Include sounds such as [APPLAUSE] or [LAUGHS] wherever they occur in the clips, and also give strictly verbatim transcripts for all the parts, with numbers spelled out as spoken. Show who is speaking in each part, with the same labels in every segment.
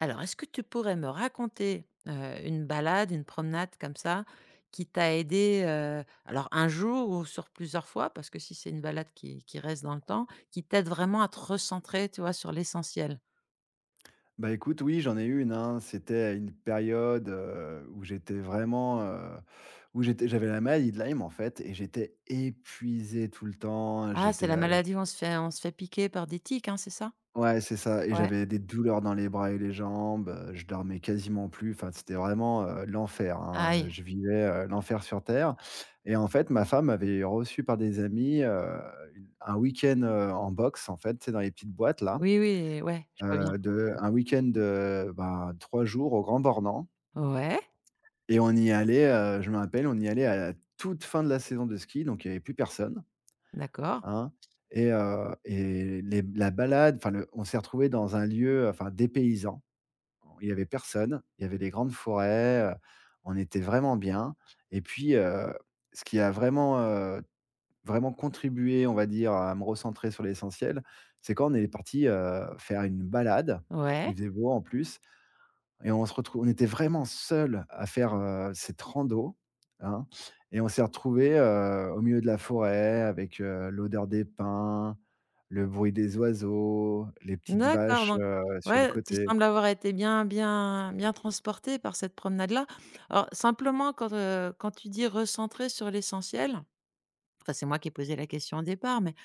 Speaker 1: Alors, est-ce que tu pourrais me raconter, heu, une balade, une promenade comme ça, qui t'a aidé, heu, alors un jour ou sur plusieurs fois? Parce que si c'est une balade qui qui reste dans le temps, qui t'aide vraiment à te recentrer, tu vois, sur l'essentiel?
Speaker 2: Bah, écoute, oui, j'en ai une, hein. C'était à une période, heu, où j'étais vraiment, heu, où j'étais j'avais la maladie de Lyme, en fait, et j'étais épuisé tout le temps.
Speaker 1: Ah, c'est
Speaker 2: J'étais,
Speaker 1: la
Speaker 2: heu, j
Speaker 1: maladie où on se fait on se fait piquer par des tiques, hein, c'est ça?
Speaker 2: ouais, c'est ça, et
Speaker 1: Ouais.
Speaker 2: j'avais des douleurs dans les bras et les jambes, heu, je dormais quasiment plus. Enfin, c'était vraiment, heu, l'enfer, hein,
Speaker 1: Aïe.
Speaker 2: je vivais, heu, l'enfer sur terre. Et en fait, ma femme avait reçu par des amis, heu, une un week-end, heu, en boxe en fait, c'est dans les petites boîtes là,
Speaker 1: Oui, oui, ouais, je vois bien.
Speaker 2: heu, de un week-end de, bah, trois jours au Grand Bornand.
Speaker 1: Ouais,
Speaker 2: Et on y allait, heu, je me rappelle, on y allait à la toute fin de la saison de ski, donc il y avait plus personne,
Speaker 1: d'accord.
Speaker 2: hein. Et heu et les la balade, enfin le on s'est retrouvés dans un lieu, enfin dépaysant. Il y avait personne, il y avait des grandes forêts, heu, on était vraiment bien. Et puis, heu, ce qui a vraiment, heu, vraiment contribué, on va dire, à me recentrer sur l'essentiel, c'est quand on est parti, heu, faire une balade. Il
Speaker 1: Ouais.
Speaker 2: faisait beau en plus, et on se retrouve on était vraiment seuls à faire, heu, cette rando, hein. Et on s'est retrouvés, heu, au milieu de la forêt avec, heu, l'odeur des pins, le bruit des oiseaux, les petites
Speaker 1: D'accord,
Speaker 2: vaches,
Speaker 1: donc
Speaker 2: heu, sur le
Speaker 1: ouais, tu
Speaker 2: côté.
Speaker 1: sembles avoir été bien bien bien transporté par cette promenade-là. Alors simplement quand, heu, quand tu dis «recentrer sur l'essentiel», enfin, c'est moi qui ai posé la question au départ, mais,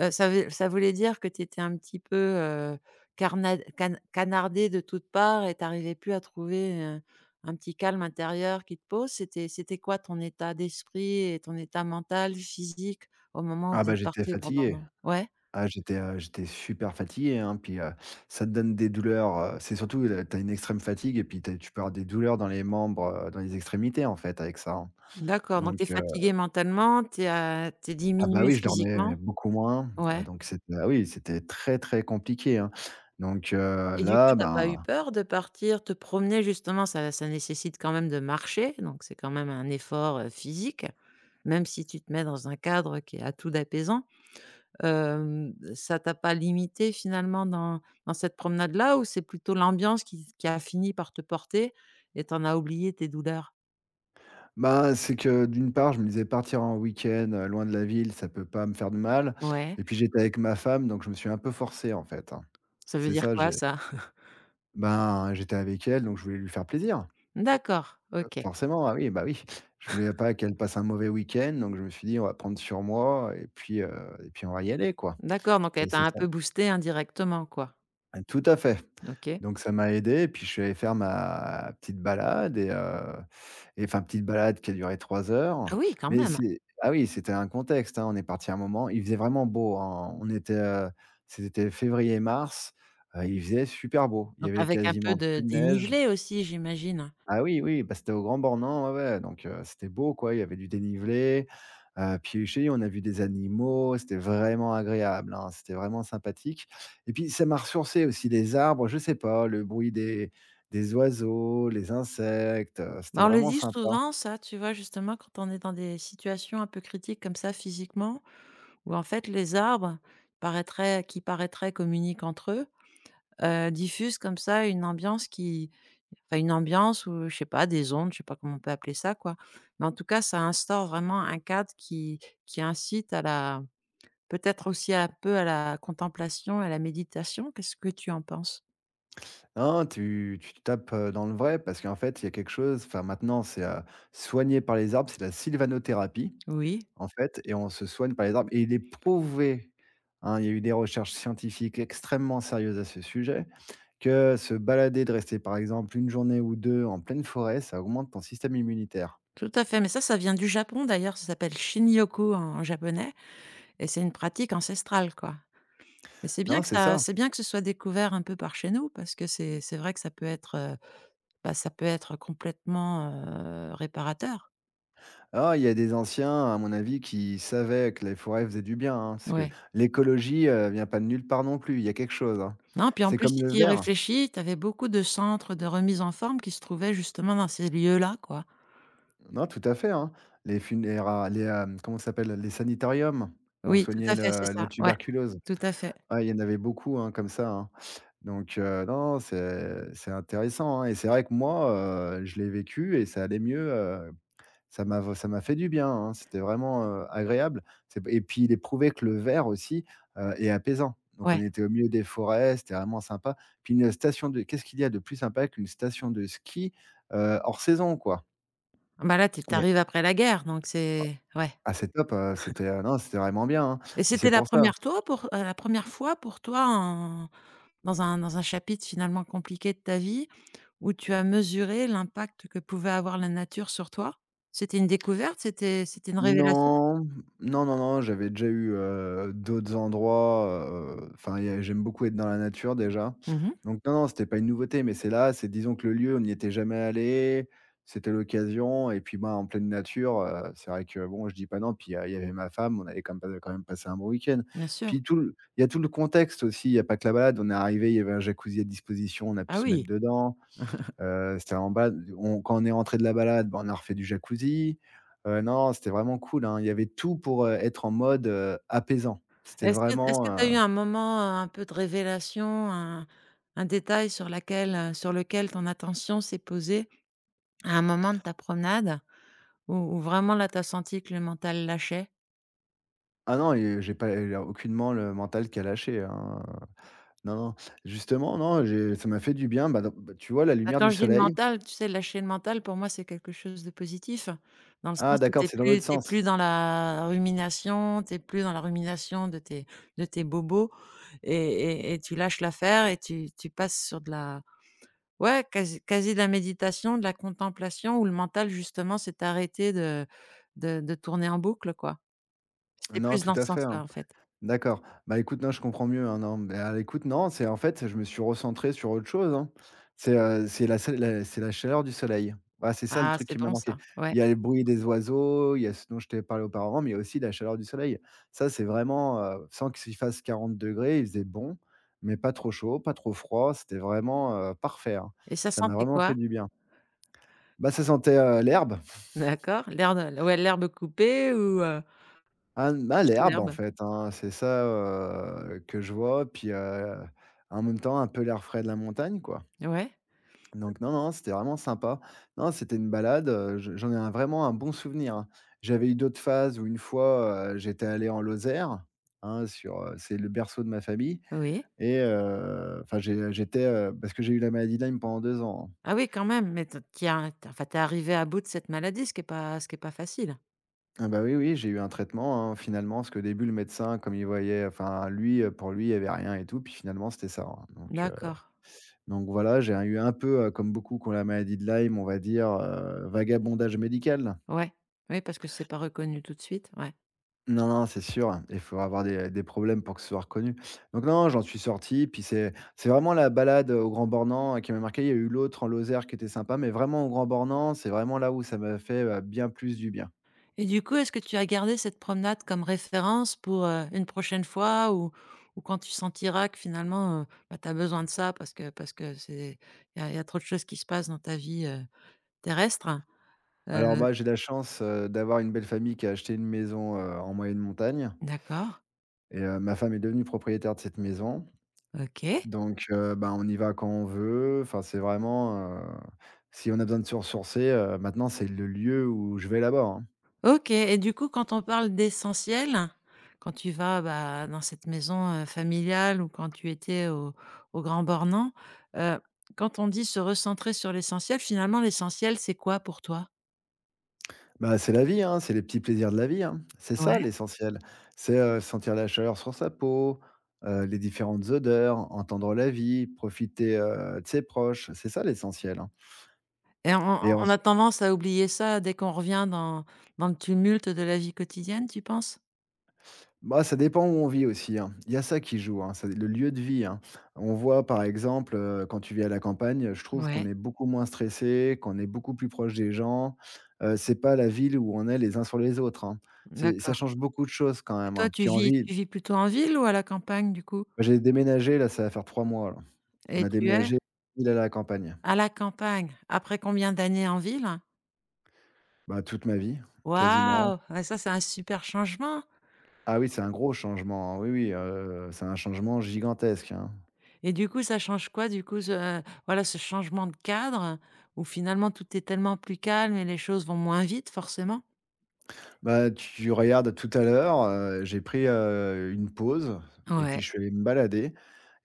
Speaker 1: heu, ça veut ça voulait dire que tu étais un petit peu, heu, carnad can canardé de toutes parts et tu arrivais plus à trouver, heu, un petit calme intérieur qui te pose? C'était c'était quoi ton état d'esprit et ton état mental, physique au moment où
Speaker 2: Ah
Speaker 1: vous
Speaker 2: bah,
Speaker 1: êtes
Speaker 2: j'étais
Speaker 1: partis au Grand
Speaker 2: fatigué.
Speaker 1: Bornand? Ouais.
Speaker 2: Ah, j'étais, heu, j'étais super fatigué, hein, puis, heu, ça te donne des douleurs, heu, c'est surtout le tu une extrême fatigue, et puis tu as tu peux avoir des douleurs dans les membres, heu, dans les extrémités, en fait, avec ça, hein.
Speaker 1: D'accord, donc
Speaker 2: Donc
Speaker 1: tu es fatigué mentalement, tu es à tu
Speaker 2: Ah bah
Speaker 1: diminué
Speaker 2: oui, je dormais
Speaker 1: physiquement?
Speaker 2: beaucoup moins, heu,
Speaker 1: Ouais,
Speaker 2: donc c'était ah oui, c'était très, très compliqué, hein. Donc heu,
Speaker 1: et du coup,
Speaker 2: là,
Speaker 1: t'as pas eu
Speaker 2: ben
Speaker 1: peur de partir te promener justement? Ça ça nécessite quand même de marcher, donc c'est quand même un effort, heu, physique, même si tu te mets dans un cadre qui est à tout d'apaisant. Hem, ça t'a pas limité finalement dans dans cette promenade-là, ou c'est plutôt l'ambiance qui qui a fini par te porter et t'en as oublié tes douleurs?
Speaker 2: ben, c'est que d'une part, je me disais: «Partir en week-end, heu, loin de la ville, ça peut pas me faire de mal»,
Speaker 1: Ouais,
Speaker 2: et puis j'étais avec ma femme, donc je me suis un peu forcé, en fait, hein.
Speaker 1: ça veut
Speaker 2: C'est
Speaker 1: dire
Speaker 2: ça,
Speaker 1: quoi
Speaker 2: j'ai
Speaker 1: ça? [LAUGHS]
Speaker 2: ben, j'étais avec elle, donc je voulais lui faire plaisir.
Speaker 1: D'accord,
Speaker 2: Heu,
Speaker 1: OK.
Speaker 2: forcément, ah oui, bah oui. Je voulais pas qu'elle passe un mauvais week-end, donc je me suis dit: «On va prendre sur moi, et puis, heu et puis on va y aller, quoi»,
Speaker 1: D'accord, donc elle
Speaker 2: et
Speaker 1: t'a
Speaker 2: c'est
Speaker 1: un
Speaker 2: ça.
Speaker 1: peu boosté indirectement, quoi.
Speaker 2: Tout à fait.
Speaker 1: OK.
Speaker 2: Donc ça m'a aidé, et puis je suis allé faire ma petite balade, et heu et enfin petite balade qui a duré trois
Speaker 1: Ah
Speaker 2: heures.
Speaker 1: oui, quand
Speaker 2: Mais
Speaker 1: même.
Speaker 2: c'est ah oui, c'était un contexte, hein, on est parti un moment, il faisait vraiment beau, hein, on était, heu, c'était février-mars, il faisait super beau. Il y
Speaker 1: Donc
Speaker 2: avait
Speaker 1: avec un peu
Speaker 2: quasiment
Speaker 1: de
Speaker 2: plus de neige.
Speaker 1: dénivelé aussi, j'imagine?
Speaker 2: Ah oui, oui, bah, c'était au Grand Bornand, ouais, ouais, donc heu, c'était beau quoi, il y avait du dénivelé, heu, piégé, on a vu des animaux, c'était vraiment agréable, hein, c'était vraiment sympathique. Et puis ça m'a ressourcé aussi les arbres, je sais pas, le bruit des des oiseaux, les insectes, heu, c'était
Speaker 1: Bah, on le
Speaker 2: vraiment
Speaker 1: dit
Speaker 2: sympa.
Speaker 1: souvent ça, tu vois? Justement, quand on est dans des situations un peu critiques comme ça physiquement, où en fait les arbres paraîtraient qui paraîtraient communiquent entre eux, heu, diffusent comme ça une ambiance qui enfin une ambiance, ou je sais pas, des ondes, je sais pas comment on peut appeler ça, quoi. Mais en tout cas, ça instaure vraiment un cadre qui qui incite à la peut-être aussi un peu à la contemplation, à la méditation, qu'est-ce que tu en penses?
Speaker 2: Non, tu tu tapes, heu, dans le vrai, parce qu'en fait, il y a quelque chose, enfin maintenant c'est, heu, soigné par les arbres, c'est la sylvanothérapie.
Speaker 1: Oui,
Speaker 2: En fait, et on se soigne par les arbres, et il est prouvé, hein, il y a eu des recherches scientifiques extrêmement sérieuses à ce sujet, que se balader, de rester par exemple une journée ou deux en pleine forêt, ça augmente ton système immunitaire.
Speaker 1: tout à fait, mais ça, ça vient du Japon d'ailleurs, ça s'appelle Shinryoku en en japonais, et c'est une pratique ancestrale, quoi, et c'est bien
Speaker 2: Non,
Speaker 1: que
Speaker 2: c'est
Speaker 1: ça
Speaker 2: ça.
Speaker 1: c'est bien que ce soit découvert un peu par chez nous, parce que c'est c'est vrai que ça peut être, heu, bah, ça peut être complètement, heu, réparateur.
Speaker 2: Ah, il y a des anciens, à mon avis, qui savaient que les forêts faisaient du bien, hein, parce que
Speaker 1: Ouais.
Speaker 2: l'écologie, heu, vient pas de nulle part non plus, il y a quelque chose, hein.
Speaker 1: Non, puis en
Speaker 2: C'est
Speaker 1: plus,
Speaker 2: comme
Speaker 1: si
Speaker 2: le
Speaker 1: tu y
Speaker 2: verre.
Speaker 1: réfléchis, tu avais beaucoup de centres de remise en forme qui se trouvaient justement dans ces lieux-là, quoi.
Speaker 2: Non, tout à fait, hein. Les funéra les, hem, Comment ça s'appelle? Les sanitariums où on
Speaker 1: Oui, tout
Speaker 2: soignait
Speaker 1: à fait, c'est
Speaker 2: le la
Speaker 1: ça, ouais,
Speaker 2: tuberculose.
Speaker 1: tout à fait,
Speaker 2: Ouais, il y en avait beaucoup, hein, comme ça, hein. Donc, heu, non, non, c'est c'est intéressant, hein, et c'est vrai que moi, heu, je l'ai vécu et ça allait mieux, heu, ça m'a v ça m'a fait du bien, hein. C'était vraiment, heu, agréable. C'est Et puis il est prouvé que le verre aussi, heu, est apaisant. Donc on
Speaker 1: ouais.
Speaker 2: était au milieu des forêts, c'était vraiment sympa. Puis une station de qu'est-ce qu'il y a de plus sympa qu'une station de ski, heu, hors saison, quoi?
Speaker 1: Ah bah, là, tu
Speaker 2: Il y a
Speaker 1: arrives après la guerre, donc c'est ouais,
Speaker 2: Ah c'est top, heu, c'était, heu, non, c'était vraiment bien, hein,
Speaker 1: et
Speaker 2: et c'est
Speaker 1: c'était la
Speaker 2: pour ça.
Speaker 1: première toi pour heu, la première fois pour toi en dans un dans un chapitre finalement compliqué de ta vie où tu as mesuré l'impact que pouvait avoir la nature sur toi? C'était une découverte? C'était c'était une révélation?
Speaker 2: Non, non, non, non, j'avais déjà eu, heu, d'autres endroits, heu, enfin, il y a j'aime beaucoup être dans la nature déjà.
Speaker 1: Mmh.
Speaker 2: Donc non, non, c'était pas une nouveauté, mais c'est là, c'est disons que le lieu, on n'y était jamais allé. C'était l'occasion, et puis, bah, en pleine nature, heu, c'est vrai que bon, je dis pas non, puis, heu, il y avait ma femme, on allait quand même pas quand même passer un bon week-end.
Speaker 1: Bien sûr.
Speaker 2: Puis tout le il y a tout le contexte aussi, il y a pas que la balade, on est arrivé. Il y avait un jacuzzi à disposition, on a pu
Speaker 1: Ah
Speaker 2: se
Speaker 1: oui.
Speaker 2: mettre dedans. Heu, c'était en bas, on quand on est rentré de la balade, bah, on a refait du jacuzzi. Heu, non, c'était vraiment cool, hein. Il y avait tout pour, heu, être en mode, heu, apaisant. C'était
Speaker 1: Est-ce que est-ce que
Speaker 2: vraiment,
Speaker 1: tu
Speaker 2: heu
Speaker 1: as eu un moment, heu, un peu de révélation, un un détail sur laquelle, heu, sur lequel ton attention s'est posée à un moment de ta promenade où où vraiment là, tu as senti que le mental lâchait?
Speaker 2: Ah non, et j'ai pas il y a aucunement le mental qui a lâché, hein, heu. Non, non, justement, non, j'ai ça m'a fait du bien, bah, dans bah, tu vois la
Speaker 1: Bah,
Speaker 2: lumière
Speaker 1: quand
Speaker 2: du
Speaker 1: je dis le
Speaker 2: soleil?
Speaker 1: mental, tu sais, lâcher le mental, pour moi, c'est quelque chose de positif, dans le
Speaker 2: Ah
Speaker 1: sens où tu
Speaker 2: d'accord,
Speaker 1: es
Speaker 2: c'est dans
Speaker 1: plus
Speaker 2: l'autre
Speaker 1: tu
Speaker 2: sens.
Speaker 1: plus dans la rumination, tu plus dans la rumination de tes de tes bobos, et et et tu lâches l'affaire et tu tu passes sur de la ouais, quasi quasi de la méditation, de la contemplation où le mental, justement, s'est arrêté de de de tourner en boucle, quoi. C'était
Speaker 2: Non,
Speaker 1: plus
Speaker 2: tout
Speaker 1: dans ce
Speaker 2: à fait,
Speaker 1: sens-là,
Speaker 2: hein.
Speaker 1: en fait.
Speaker 2: D'accord. Bah, écoute, non, je comprends mieux, hein, non, bah, écoute, non, c'est en fait, je me suis recentré sur autre chose, hein. C'est, heu, c'est la se la c'est la chaleur du soleil. Voilà, c'est ça le
Speaker 1: Ah,
Speaker 2: truc
Speaker 1: c'est
Speaker 2: qui m'a
Speaker 1: bon
Speaker 2: manqué.
Speaker 1: ça, ouais,
Speaker 2: Il y a le bruit des oiseaux, il y a ce dont je t'ai parlé auparavant, mais il y a aussi la chaleur du soleil. Ça, c'est vraiment, heu, sans qu'il fasse quarante degrés, il faisait bon, mais pas trop chaud, pas trop froid, c'était vraiment, heu, parfait, hein.
Speaker 1: et ça
Speaker 2: Ça m'a
Speaker 1: sentait
Speaker 2: vraiment
Speaker 1: quoi?
Speaker 2: fait du bien. Bah, ça sentait, heu, l'herbe.
Speaker 1: D'accord, l'herbe, ouais, l'herbe coupée ou, heu,
Speaker 2: Un
Speaker 1: juste
Speaker 2: L'herbe en
Speaker 1: l'herbe?
Speaker 2: fait, hein, c'est ça, heu, que je vois, puis, heu, en même temps un peu l'air frais de la montagne, quoi.
Speaker 1: Ouais,
Speaker 2: Donc non, non, c'était vraiment sympa. Non, c'était une balade, heu, je j'en ai un vraiment un bon souvenir, hein. J'avais eu d'autres phases où une fois, heu, j'étais allé en Lozère, hein, sur, heu c'est le berceau de ma famille.
Speaker 1: oui.
Speaker 2: Et heu, enfin j'ai j'étais, heu parce que j'ai eu la maladie de Lyme pendant deux ans, hein.
Speaker 1: Ah oui, quand même, mais te tu as tu enfin, t'es arrivé à bout de cette maladie, ce qui est pas ce qui est pas facile.
Speaker 2: Ah bah, oui, oui, j'ai eu un traitement, hein, finalement, parce qu'au début le médecin comme il voyait enfin lui, heu, pour lui, il y avait rien et tout, puis finalement c'était ça, hein, donc.
Speaker 1: D'accord,
Speaker 2: Donc voilà, j'ai eu un peu, heu, comme beaucoup qui ont la maladie de Lyme, on va dire, heu, vagabondage médical.
Speaker 1: ouais. Oui, parce que c'est pas reconnu tout de suite, ouais.
Speaker 2: Non, non, c'est sûr, il faut avoir des des problèmes pour que ce soit reconnu. Donc non, j'en suis sorti, puis c'est c'est vraiment la balade au Grand Bornand euh, qui m'a marqué. Il y a eu l'autre en Lozère qui était sympa, mais vraiment au Grand Bornand, c'est vraiment là où ça m'a fait, heu, bien plus du bien.
Speaker 1: Et du coup, est-ce que tu as gardé cette promenade comme référence pour, heu, une prochaine fois, ou ou quand tu sentiras que finalement, heu, bah, tu as besoin de ça parce que parce que c'est il y a y a trop de choses qui se passent dans ta vie, heu, terrestre? Hein? Heu,
Speaker 2: Alors, bah, j'ai la chance, heu, d'avoir une belle famille qui a acheté une maison, heu, en moyenne montagne.
Speaker 1: d'accord,
Speaker 2: Et heu, ma femme est devenue propriétaire de cette maison.
Speaker 1: OK.
Speaker 2: Donc, heu, bah, on y va quand on veut. Enfin, c'est vraiment, heu, si on a besoin de se ressourcer, heu, maintenant, c'est le lieu où je vais là-bas, hein.
Speaker 1: OK, et du coup, quand on parle d'essentiel, quand tu vas, bah, dans cette maison, heu, familiale, ou quand tu étais au au Grand Bornand, heu, quand on dit se recentrer sur l'essentiel, finalement, l'essentiel, c'est quoi pour toi?
Speaker 2: Bah, c'est la vie, hein, c'est les petits plaisirs de la vie, hein. C'est ça
Speaker 1: Ouais.
Speaker 2: l'essentiel. C'est, heu, sentir la chaleur sur sa peau, heu, les différentes odeurs, entendre la vie, profiter, heu, de ses proches. C'est ça l'essentiel, hein
Speaker 1: Et on
Speaker 2: et en
Speaker 1: on a tendance à oublier ça dès qu'on revient dans dans le tumulte de la vie quotidienne, tu penses?
Speaker 2: Bah, ça dépend où on vit aussi, hein. Il y a ça qui joue, hein, c'est le lieu de vie, hein. On voit par exemple, heu, quand tu vis à la campagne, je trouve qu'on
Speaker 1: Ouais.
Speaker 2: est beaucoup moins stressé, qu'on est beaucoup plus proche des gens. Heu, c'est pas la ville où on est les uns sur les autres, hein. C'est Ça
Speaker 1: D'accord,
Speaker 2: change beaucoup de choses quand
Speaker 1: et
Speaker 2: même,
Speaker 1: toi,
Speaker 2: hein.
Speaker 1: tu
Speaker 2: Puis en
Speaker 1: vis
Speaker 2: ville,
Speaker 1: tu vis plutôt en ville ou à la campagne, du coup?
Speaker 2: bah, j'ai déménagé là, ça va faire trois mois là. On
Speaker 1: Et
Speaker 2: a
Speaker 1: tu es
Speaker 2: déménagé ville à la campagne.
Speaker 1: à la campagne. Après combien d'années en ville?
Speaker 2: Bah, toute ma vie, quasiment.
Speaker 1: Waouh! Ah ça, c'est un super changement,
Speaker 2: Ah oui, c'est un gros changement, hein. Oui, oui, heu, c'est un changement gigantesque, hein.
Speaker 1: et du coup, ça change quoi du coup ce euh, voilà, ce changement de cadre où finalement tout est tellement plus calme et les choses vont moins vite forcément?
Speaker 2: Bah, tu regardes tout à l'heure, heu, j'ai pris, heu, une pause, et
Speaker 1: Ouais.
Speaker 2: puis je suis allé me balader,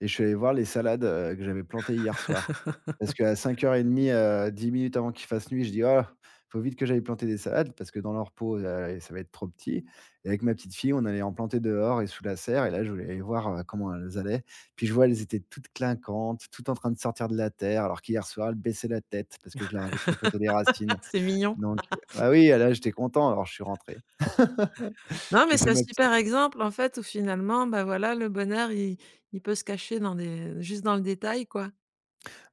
Speaker 2: et je suis allé voir les salades, heu, que j'avais plantées hier soir. Parce qu'à cinq heures trente, heu, dix minutes avant qu'il fasse nuit, je dis: «Oh, faut vite que j'aille planter des salades parce que dans leur pot, heu, ça va être trop petit» et avec ma petite fille, on allait en planter dehors et sous la serre et là, je voulais aller voir, heu, comment elles allaient. Puis je vois, elles étaient toutes clinquantes, toutes en train de sortir de la terre alors qu'hier soir, elles baissaient la tête parce que je leur avais tripoté les
Speaker 1: Ah,
Speaker 2: racines.
Speaker 1: c'est mignon.
Speaker 2: Donc, ah oui, ah là, j'étais content, alors je suis rentré. [LAUGHS]
Speaker 1: Non, mais
Speaker 2: J'ai
Speaker 1: c'est
Speaker 2: fait
Speaker 1: un
Speaker 2: ma
Speaker 1: super exemple en fait où finalement, bah, voilà, le bonheur il il peut se cacher dans des juste dans le détail, quoi.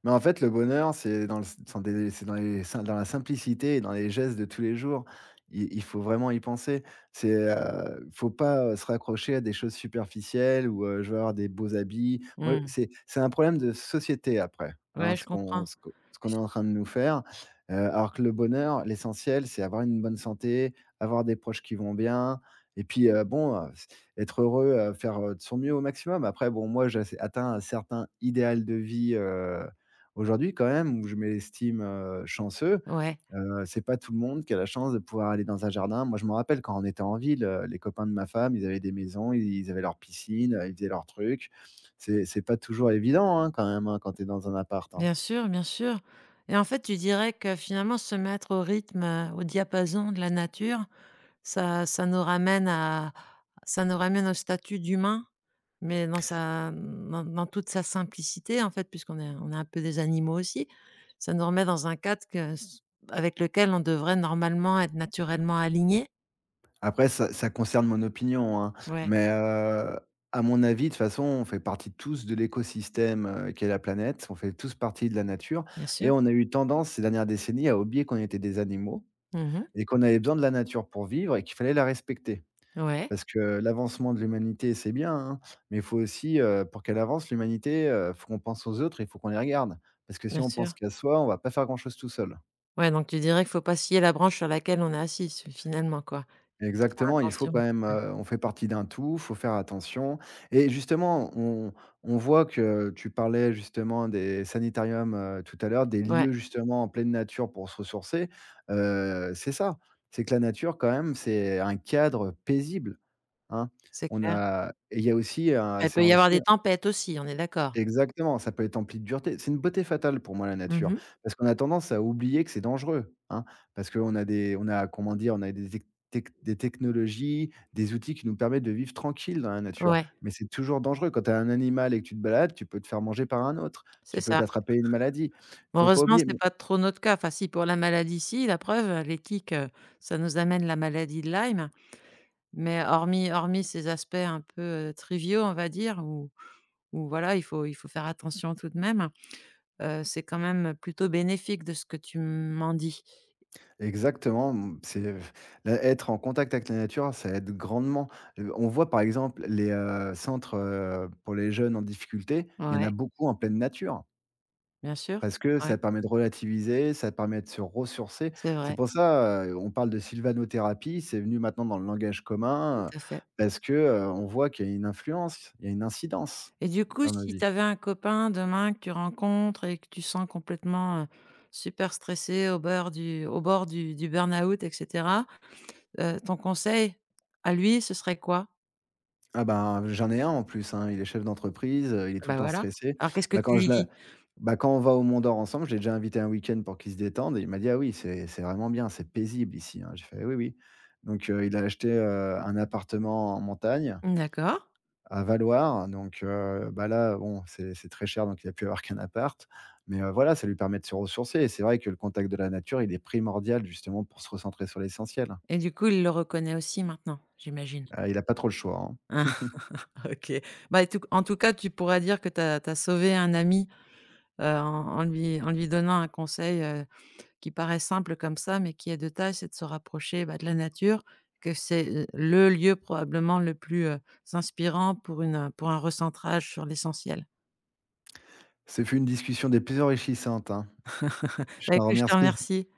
Speaker 2: Mais en fait, le bonheur, c'est dans le s des c'est dans les sim dans la simplicité et dans les gestes de tous les jours. Il il faut vraiment y penser. C'est, heu, faut pas, heu, se raccrocher à des choses superficielles ou, heu, je veux avoir des beaux habits. Moi,
Speaker 1: Hmm.
Speaker 2: c'est c'est un problème de société après, hein,
Speaker 1: Ouais, je
Speaker 2: ce qu'on
Speaker 1: comprends.
Speaker 2: ce qu'on ce
Speaker 1: Mais
Speaker 2: qu'on est
Speaker 1: f-
Speaker 2: en train de nous faire. Heu, alors que le bonheur, l'essentiel, c'est avoir une bonne santé, avoir des proches qui vont bien et puis, heu, bon, heu, être heureux, heu, faire, heu, de son mieux au maximum. Après bon, moi, j'ai atteint un certain idéal de vie, euh, aujourd'hui, quand même, où je m'estime, heu, chanceux,
Speaker 1: ouais.
Speaker 2: heu, c'est pas tout le monde qui a la chance de pouvoir aller dans un jardin. Moi, je me rappelle quand on était en ville, heu, les copains de ma femme, ils avaient des maisons, ils ils avaient leur piscine, heu, ils faisaient leurs trucs. C'est c'est pas toujours évident, hein, quand même, hein, quand tu es dans un appart, hein.
Speaker 1: Bien sûr, bien sûr, et en fait, tu dirais que finalement se mettre au rythme, heu, au diapason de la nature, ça ça nous ramène à ça nous ramène au statut d'humain, mais dans sa dans dans toute sa simplicité, en fait, puisqu'on est on est un peu des animaux aussi. Ça nous remet dans un cadre que avec lequel on devrait normalement être naturellement alignés.
Speaker 2: Après ça ça concerne mon opinion, hein,
Speaker 1: Ouais,
Speaker 2: mais heu, à mon avis, de toute façon, on fait partie tous de l'écosystème, heu, qu'est la planète. On fait tous partie de la nature
Speaker 1: bien sûr.
Speaker 2: et on a eu tendance ces dernières décennies à oublier qu'on était des animaux
Speaker 1: Mmh.
Speaker 2: et qu'on avait besoin de la nature pour vivre et qu'il fallait la respecter.
Speaker 1: Ouais,
Speaker 2: Parce que l'avancement de l'humanité, c'est bien, hein, mais il faut aussi, heu, pour qu'elle avance l'humanité, heu, faut qu'on pense aux autres et il faut qu'on les regarde. Parce que si
Speaker 1: bien
Speaker 2: on pense
Speaker 1: sûr.
Speaker 2: qu'à soi, on va pas faire grand-chose tout seul.
Speaker 1: Ouais, donc tu dirais qu'il faut pas scier la branche sur laquelle on est assis, finalement, quoi. Faut faire
Speaker 2: Exactement, il faut
Speaker 1: attention.
Speaker 2: quand même,
Speaker 1: Ouais.
Speaker 2: heu, on fait partie d'un tout, faut faire attention et justement, on on voit que tu parlais justement des sanitariums, heu, tout à l'heure, des
Speaker 1: Ouais.
Speaker 2: lieux justement en pleine nature pour se ressourcer, heu, c'est ça, c'est que la nature quand même, c'est un cadre paisible. Hein?
Speaker 1: C'est
Speaker 2: On
Speaker 1: clair.
Speaker 2: a et il y a aussi, heu,
Speaker 1: Bah, il
Speaker 2: c'est
Speaker 1: peut y avoir
Speaker 2: aussi,
Speaker 1: des tempêtes aussi, on est d'accord?
Speaker 2: exactement, ça peut être empli de dureté. C'est une beauté fatale pour moi la
Speaker 1: Mmh
Speaker 2: nature,
Speaker 1: mh.
Speaker 2: parce qu'on a tendance à oublier que c'est dangereux, hein, parce qu'on a des on a, comment dire? On a des tec tec des technologies, des outils qui nous permettent de vivre tranquille dans la nature,
Speaker 1: Ouais,
Speaker 2: mais c'est toujours dangereux. Quand tu as un animal et que tu te balades, tu peux te faire manger par un autre,
Speaker 1: c'est
Speaker 2: tu peux
Speaker 1: ça.
Speaker 2: t'attraper une maladie. Faut pas
Speaker 1: Heureusement,
Speaker 2: oublier.
Speaker 1: c'est pas trop notre cas. Enfin si, pour la maladie si, la preuve, heu, les tiques, heu, ça nous amène la maladie de Lyme, mais hormis hormis ces aspects un peu, heu, triviaux, on va dire, où où voilà, il faut il faut faire attention tout de même, heu, c'est quand même plutôt bénéfique de ce que tu m'en dis.
Speaker 2: Exactement, mmh, c'est là, être en contact avec la nature, ça aide grandement. Heu, on voit par exemple les, heu, centres, heu, pour les jeunes en difficulté, il y en a
Speaker 1: Ouais,
Speaker 2: beaucoup en pleine nature
Speaker 1: bien sûr.
Speaker 2: parce que
Speaker 1: Ouais,
Speaker 2: ça permet de relativiser, ça permet de se ressourcer.
Speaker 1: c'est
Speaker 2: C'est
Speaker 1: vrai,
Speaker 2: pour ça, heu, on parle de sylvanothérapie, c'est venu maintenant dans le langage
Speaker 1: tout
Speaker 2: commun, heu,
Speaker 1: à fait.
Speaker 2: parce que, heu, on voit qu'il y a une influence, il y a une incidence
Speaker 1: Et du coup,
Speaker 2: dans nos
Speaker 1: si
Speaker 2: vies.
Speaker 1: tu avais un copain demain que tu rencontres et que tu sens complètement, heu, super stressé au bord du au bord du du burn-out et cetera, heu, ton conseil à lui, ce serait quoi?
Speaker 2: Ah ben, j'en ai un en plus, hein, il est chef d'entreprise, heu, il est tout le
Speaker 1: Bah,
Speaker 2: temps
Speaker 1: voilà.
Speaker 2: stressé.
Speaker 1: Alors qu'est-ce que
Speaker 2: Bah,
Speaker 1: tu
Speaker 2: quand
Speaker 1: lui
Speaker 2: je l'a
Speaker 1: dis?
Speaker 2: bah, quand on va au Mont-d'Or ensemble, je l'ai déjà invité un week-end pour qu'il se détende et il m'a dit: «Ah oui, c'est c'est vraiment bien, c'est paisible ici, hein». J'ai fait: «Oui, oui». Donc heu, il a acheté, heu, un appartement en montagne,
Speaker 1: D'accord,
Speaker 2: à Valloires, donc heu, bah, là, bon, c'est c'est très cher, donc il a pu avoir qu'un appart, mais heu, voilà, ça lui permet de se ressourcer et c'est vrai que le contact de la nature, il est primordial justement pour se recentrer sur l'essentiel.
Speaker 1: et du coup, il le reconnaît aussi maintenant, j'imagine?
Speaker 2: Heu, il a pas trop le choix,
Speaker 1: Ah,
Speaker 2: hein. [LAUGHS]
Speaker 1: [LAUGHS] OK. Bah, et tout en tout cas, tu pourrais dire que tu as sauvé un ami, heu, en en lui en lui donnant un conseil, heu qui paraît simple comme ça, mais qui est de taille, c'est de se rapprocher, bah, de la nature, que c'est, heu, le lieu probablement le plus, heu, inspirant pour une, pour un recentrage sur l'essentiel.
Speaker 2: Ce fut une discussion des plus enrichissantes, hein. Je
Speaker 1: Bah,
Speaker 2: t'en
Speaker 1: écoute, je te
Speaker 2: remercie.
Speaker 1: remercie.